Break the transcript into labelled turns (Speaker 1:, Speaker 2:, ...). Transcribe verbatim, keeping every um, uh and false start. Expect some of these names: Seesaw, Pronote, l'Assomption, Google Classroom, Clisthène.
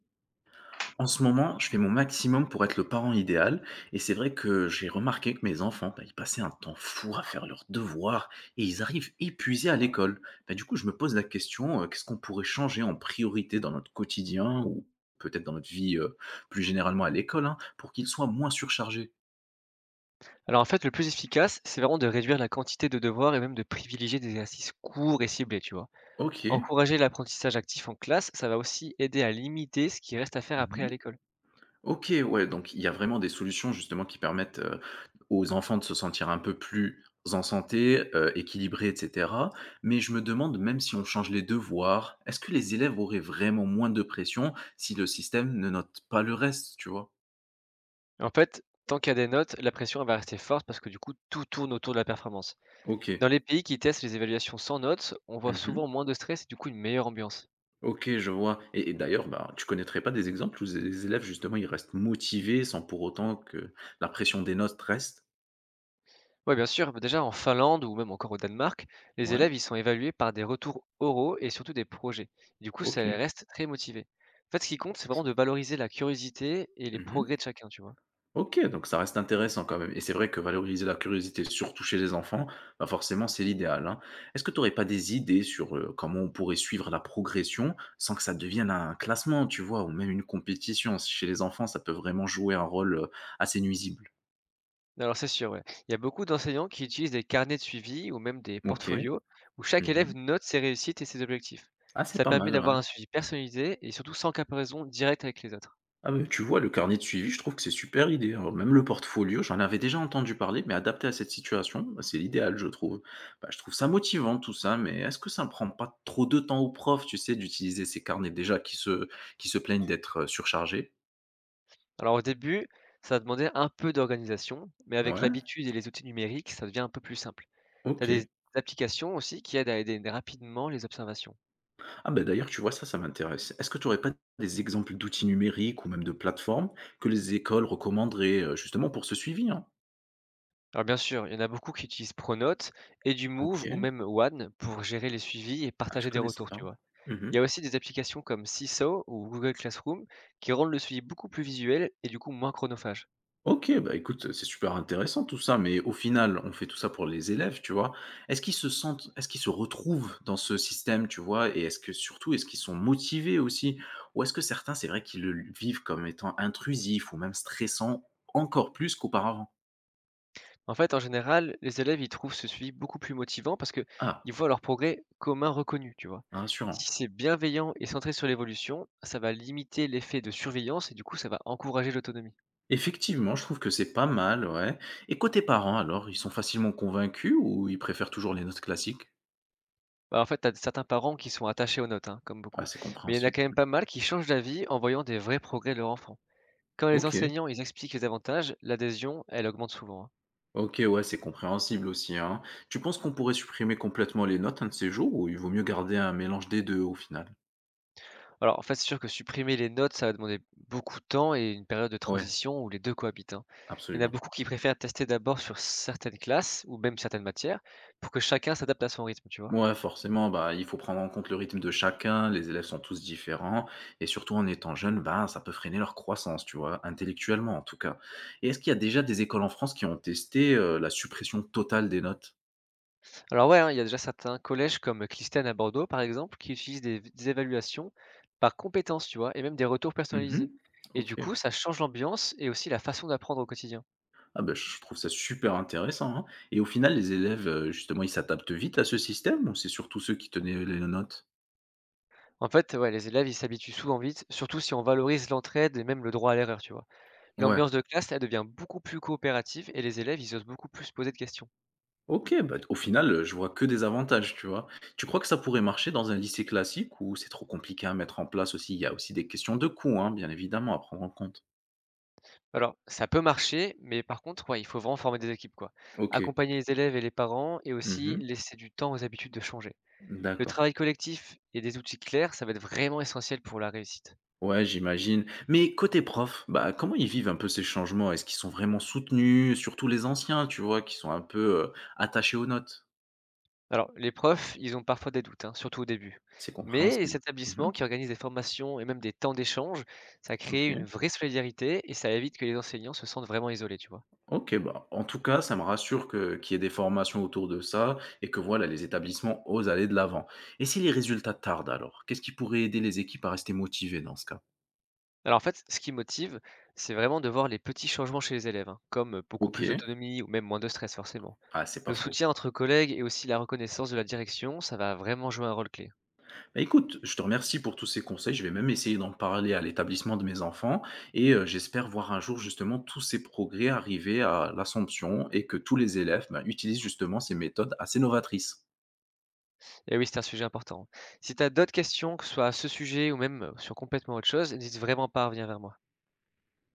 Speaker 1: En ce moment, je fais mon maximum pour être le parent idéal et c'est vrai que j'ai remarqué que mes enfants, bah, ils passaient un temps fou à faire leurs devoirs et ils arrivent épuisés à l'école. Bah, du coup, je me pose la question, euh, qu'est-ce qu'on pourrait changer en priorité dans notre quotidien ou peut-être dans notre vie euh, plus généralement à l'école, hein, pour qu'ils soient moins surchargés.
Speaker 2: Alors en fait, le plus efficace, c'est vraiment de réduire la quantité de devoirs et même de privilégier des exercices courts et ciblés, tu vois.
Speaker 1: Ok.
Speaker 2: Encourager l'apprentissage actif en classe, ça va aussi aider à limiter ce qui reste à faire après à
Speaker 1: Mhm.
Speaker 2: l'école.
Speaker 1: OK, ouais, donc il y a vraiment des solutions justement qui permettent, heu, aux enfants de se sentir un peu plus en santé, heu, équilibrés, et cetera. Mais je me demande, même si on change les devoirs, est-ce que les élèves auraient vraiment moins de pression si le système ne note pas le reste, tu vois?
Speaker 2: En fait, tant qu'il y a des notes, la pression elle va rester forte parce que du coup, tout tourne autour de la performance. Dans
Speaker 1: OK.
Speaker 2: les pays qui testent les évaluations sans notes, on voit souvent
Speaker 1: Mmh.
Speaker 2: moins de stress et du coup une meilleure ambiance.
Speaker 1: OK, je vois. Et et d'ailleurs, bah, tu connaîtrais pas des exemples où z les élèves justement, ils restent motivés sans pour autant que la pression des notes reste?
Speaker 2: Ouais, bien sûr. Bah, déjà, en Finlande ou même encore au Danemark, les
Speaker 1: Ouais,
Speaker 2: élèves, ils sont évalués par des retours oraux et surtout des projets. Du coup, ça
Speaker 1: OK.
Speaker 2: les reste très motivés. En fait, ce qui compte, c'est vraiment de valoriser la curiosité et les
Speaker 1: Mmh.
Speaker 2: progrès de chacun, tu vois.
Speaker 1: OK, donc ça reste intéressant quand même et c'est vrai que valoriser la curiosité, surtout chez les enfants, bah, forcément c'est l'idéal, hein. Est-ce que tu n'aurais pas des idées sur, heu, comment on pourrait suivre la progression sans que ça devienne un classement, tu vois? Ou même une compétition? Si chez les enfants, ça peut vraiment jouer un rôle heu, assez nuisible.
Speaker 2: Alors, c'est sûr, ouais. Il y a beaucoup d'enseignants qui utilisent des carnets de suivi ou même des
Speaker 1: OK.
Speaker 2: portfolios où chaque
Speaker 1: Mmh.
Speaker 2: élève note ses réussites et ses objectifs.
Speaker 1: Ah, c'est
Speaker 2: Ça
Speaker 1: pas
Speaker 2: permet
Speaker 1: mal, ouais.
Speaker 2: d'avoir un suivi personnalisé et surtout sans comparaison directe avec les autres.
Speaker 1: Ah mais tu vois, le carnet de suivi, je trouve que c'est super idée, hein. Même le portfolio, j'en avais déjà entendu parler, mais adapté à cette situation, bah, c'est l'idéal, je trouve. Bah, je trouve ça motivant tout ça, mais est-ce que ça ne prend pas trop de temps aux profs, tu sais, d'utiliser ces carnets déjà qui se, qui se plaignent d'être euh, surchargés?
Speaker 2: Alors, au début, ça demandait un peu d'organisation, mais avec
Speaker 1: Ouais,
Speaker 2: l'habitude et les outils numériques, ça devient un peu plus simple. Tu as
Speaker 1: ok.
Speaker 2: des applications aussi qui aident à aider rapidement les observations.
Speaker 1: Ah ben d'ailleurs, tu vois, ça, ça m'intéresse. Est-ce que tu n'aurais pas des exemples d'outils numériques ou même de plateformes que les écoles recommanderaient, euh, justement pour ce suivi, hein?
Speaker 2: Alors bien sûr, il y en a beaucoup qui utilisent Pronote et du Move ou
Speaker 1: Ok,
Speaker 2: même One pour gérer les suivis et
Speaker 1: ah, je
Speaker 2: partager des
Speaker 1: connaissais
Speaker 2: retours, tu
Speaker 1: pas.
Speaker 2: vois. Il y
Speaker 1: Mhm.
Speaker 2: a aussi des applications comme Seesaw ou Google Classroom qui rendent le suivi beaucoup plus visuel et du coup moins chronophage.
Speaker 1: OK, bah, écoute, c'est super intéressant tout ça, mais au final, on fait tout ça pour les élèves, tu vois? Est-ce qu'ils se sentent est-ce qu'ils se retrouvent dans ce système, tu vois? Et est-ce que surtout, est-ce qu'ils sont motivés aussi? Ou est-ce que certains, c'est vrai qu'ils le vivent comme étant intrusif ou même stressant encore plus qu'auparavant?
Speaker 2: En fait, en général, les élèves ils trouvent ce suivi beaucoup plus motivant parce que
Speaker 1: Ah,
Speaker 2: ils voient leur progrès commun reconnu, tu vois.
Speaker 1: rassurant.
Speaker 2: Si c'est bienveillant et centré sur l'évolution, ça va limiter l'effet de surveillance et du coup ça va encourager l'autonomie.
Speaker 1: Effectivement, je trouve que c'est pas mal, ouais. Et côté parents alors, ils sont facilement convaincus ou ils préfèrent toujours les notes classiques?
Speaker 2: Bah, en fait, tu as certains parents qui sont attachés aux notes, hein, comme
Speaker 1: Ah,
Speaker 2: beaucoup.
Speaker 1: c'est
Speaker 2: Mais il y en a
Speaker 1: compréhensible.
Speaker 2: quand même pas mal qui changent d'avis en voyant des vrais progrès de leur enfant. Quand les
Speaker 1: OK.
Speaker 2: enseignants ils expliquent les avantages, l'adhésion, elle augmente souvent, hein.
Speaker 1: OK, ouais, c'est compréhensible aussi, hein. Tu penses qu'on pourrait supprimer complètement les notes un de ces jours ou il vaut mieux garder un mélange des deux au final?
Speaker 2: Alors, en fait, c'est sûr que supprimer les notes, ça va demander beaucoup de temps et une période de
Speaker 1: Ouais,
Speaker 2: transition où les deux cohabitent, hein. Il y en a
Speaker 1: absolument.
Speaker 2: beaucoup qui préfèrent tester d'abord sur certaines classes ou même certaines matières pour que chacun s'adapte à son rythme, tu vois.
Speaker 1: Ouais, forcément, bah, il faut prendre en compte le rythme de chacun, les élèves sont tous différents, et surtout en étant jeunes, bah, ça peut freiner leur croissance, tu vois, intellectuellement en tout cas. Et est-ce qu'il y a déjà des écoles en France qui ont testé, heu, la suppression totale des notes?
Speaker 2: Alors ouais, hein, il y a déjà certains collèges comme Clisthène à Bordeaux, par exemple, qui utilisent des, v- des évaluations par compétences, tu vois, et même des retours
Speaker 1: Mmh.
Speaker 2: personnalisés. Et
Speaker 1: OK.
Speaker 2: du coup, ça change l'ambiance et aussi la façon d'apprendre au quotidien.
Speaker 1: Ah bah, je trouve ça super intéressant, hein. Et au final, les élèves, heu, justement, ils s'adaptent vite à ce système ou c'est surtout ceux qui tenaient les notes?
Speaker 2: En fait, ouais, les élèves, ils s'habituent souvent vite, surtout si on valorise l'entraide et même le droit à l'erreur, tu vois.
Speaker 1: Ouais.
Speaker 2: L'ambiance de classe, elle devient beaucoup plus coopérative et les élèves, ils osent beaucoup plus se poser de questions.
Speaker 1: OK, bah, au final, heu, je vois que des avantages, tu vois? Tu crois que ça pourrait marcher dans un lycée classique ou c'est trop compliqué à mettre en place aussi? Il y a aussi des questions de coût, hein, bien évidemment, à prendre en compte.
Speaker 2: Alors, ça peut marcher, mais par contre, ouais, il faut vraiment former des équipes, quoi.
Speaker 1: OK.
Speaker 2: Accompagner les élèves et les parents et aussi
Speaker 1: Mmh.
Speaker 2: laisser du temps aux habitudes de changer. Le
Speaker 1: D'accord.
Speaker 2: travail collectif et des outils clairs, ça va être vraiment essentiel pour la réussite.
Speaker 1: Ouais, j'imagine. Mais côté prof, bah, comment ils vivent un peu ces changements? Est-ce qu'ils sont vraiment soutenus? Surtout les anciens, tu vois, qui sont un peu, heu, attachés aux notes.
Speaker 2: Alors, les profs, ils ont parfois des doutes, hein, surtout au début.
Speaker 1: C'est
Speaker 2: Mais les
Speaker 1: compréhensible. Mmh.
Speaker 2: établissements qui organisent des formations et même des temps d'échange, ça crée
Speaker 1: OK.
Speaker 2: une vraie solidarité et ça évite que les enseignants se sentent vraiment isolés, tu vois.
Speaker 1: OK, bah, en tout cas, ça me rassure que qu'il y ait des formations autour de ça et que voilà, les établissements osent aller de l'avant. Et si les résultats tardent alors, qu'est-ce qui pourrait aider les équipes à rester motivées dans ce cas?
Speaker 2: Alors en fait, ce qui motive, c'est vraiment de voir les petits changements chez les élèves, hein, comme beaucoup plus
Speaker 1: OK.
Speaker 2: d'autonomie ou même moins de stress forcément.
Speaker 1: Ah, c'est pas
Speaker 2: Le
Speaker 1: faux.
Speaker 2: soutien entre collègues et aussi la reconnaissance de la direction, ça va vraiment jouer un rôle clé.
Speaker 1: Bah, écoute, je te remercie pour tous ces conseils. Je vais même essayer d'en parler à l'établissement de mes enfants et euh, j'espère voir un jour justement tous ces progrès arriver à l'Assomption et que tous les élèves, bah, utilisent justement ces méthodes assez novatrices.
Speaker 2: Et oui, c'était un sujet important. Si tu as d'autres questions, que ce soit à ce sujet ou même sur complètement autre chose, n'hésite vraiment pas à revenir vers moi.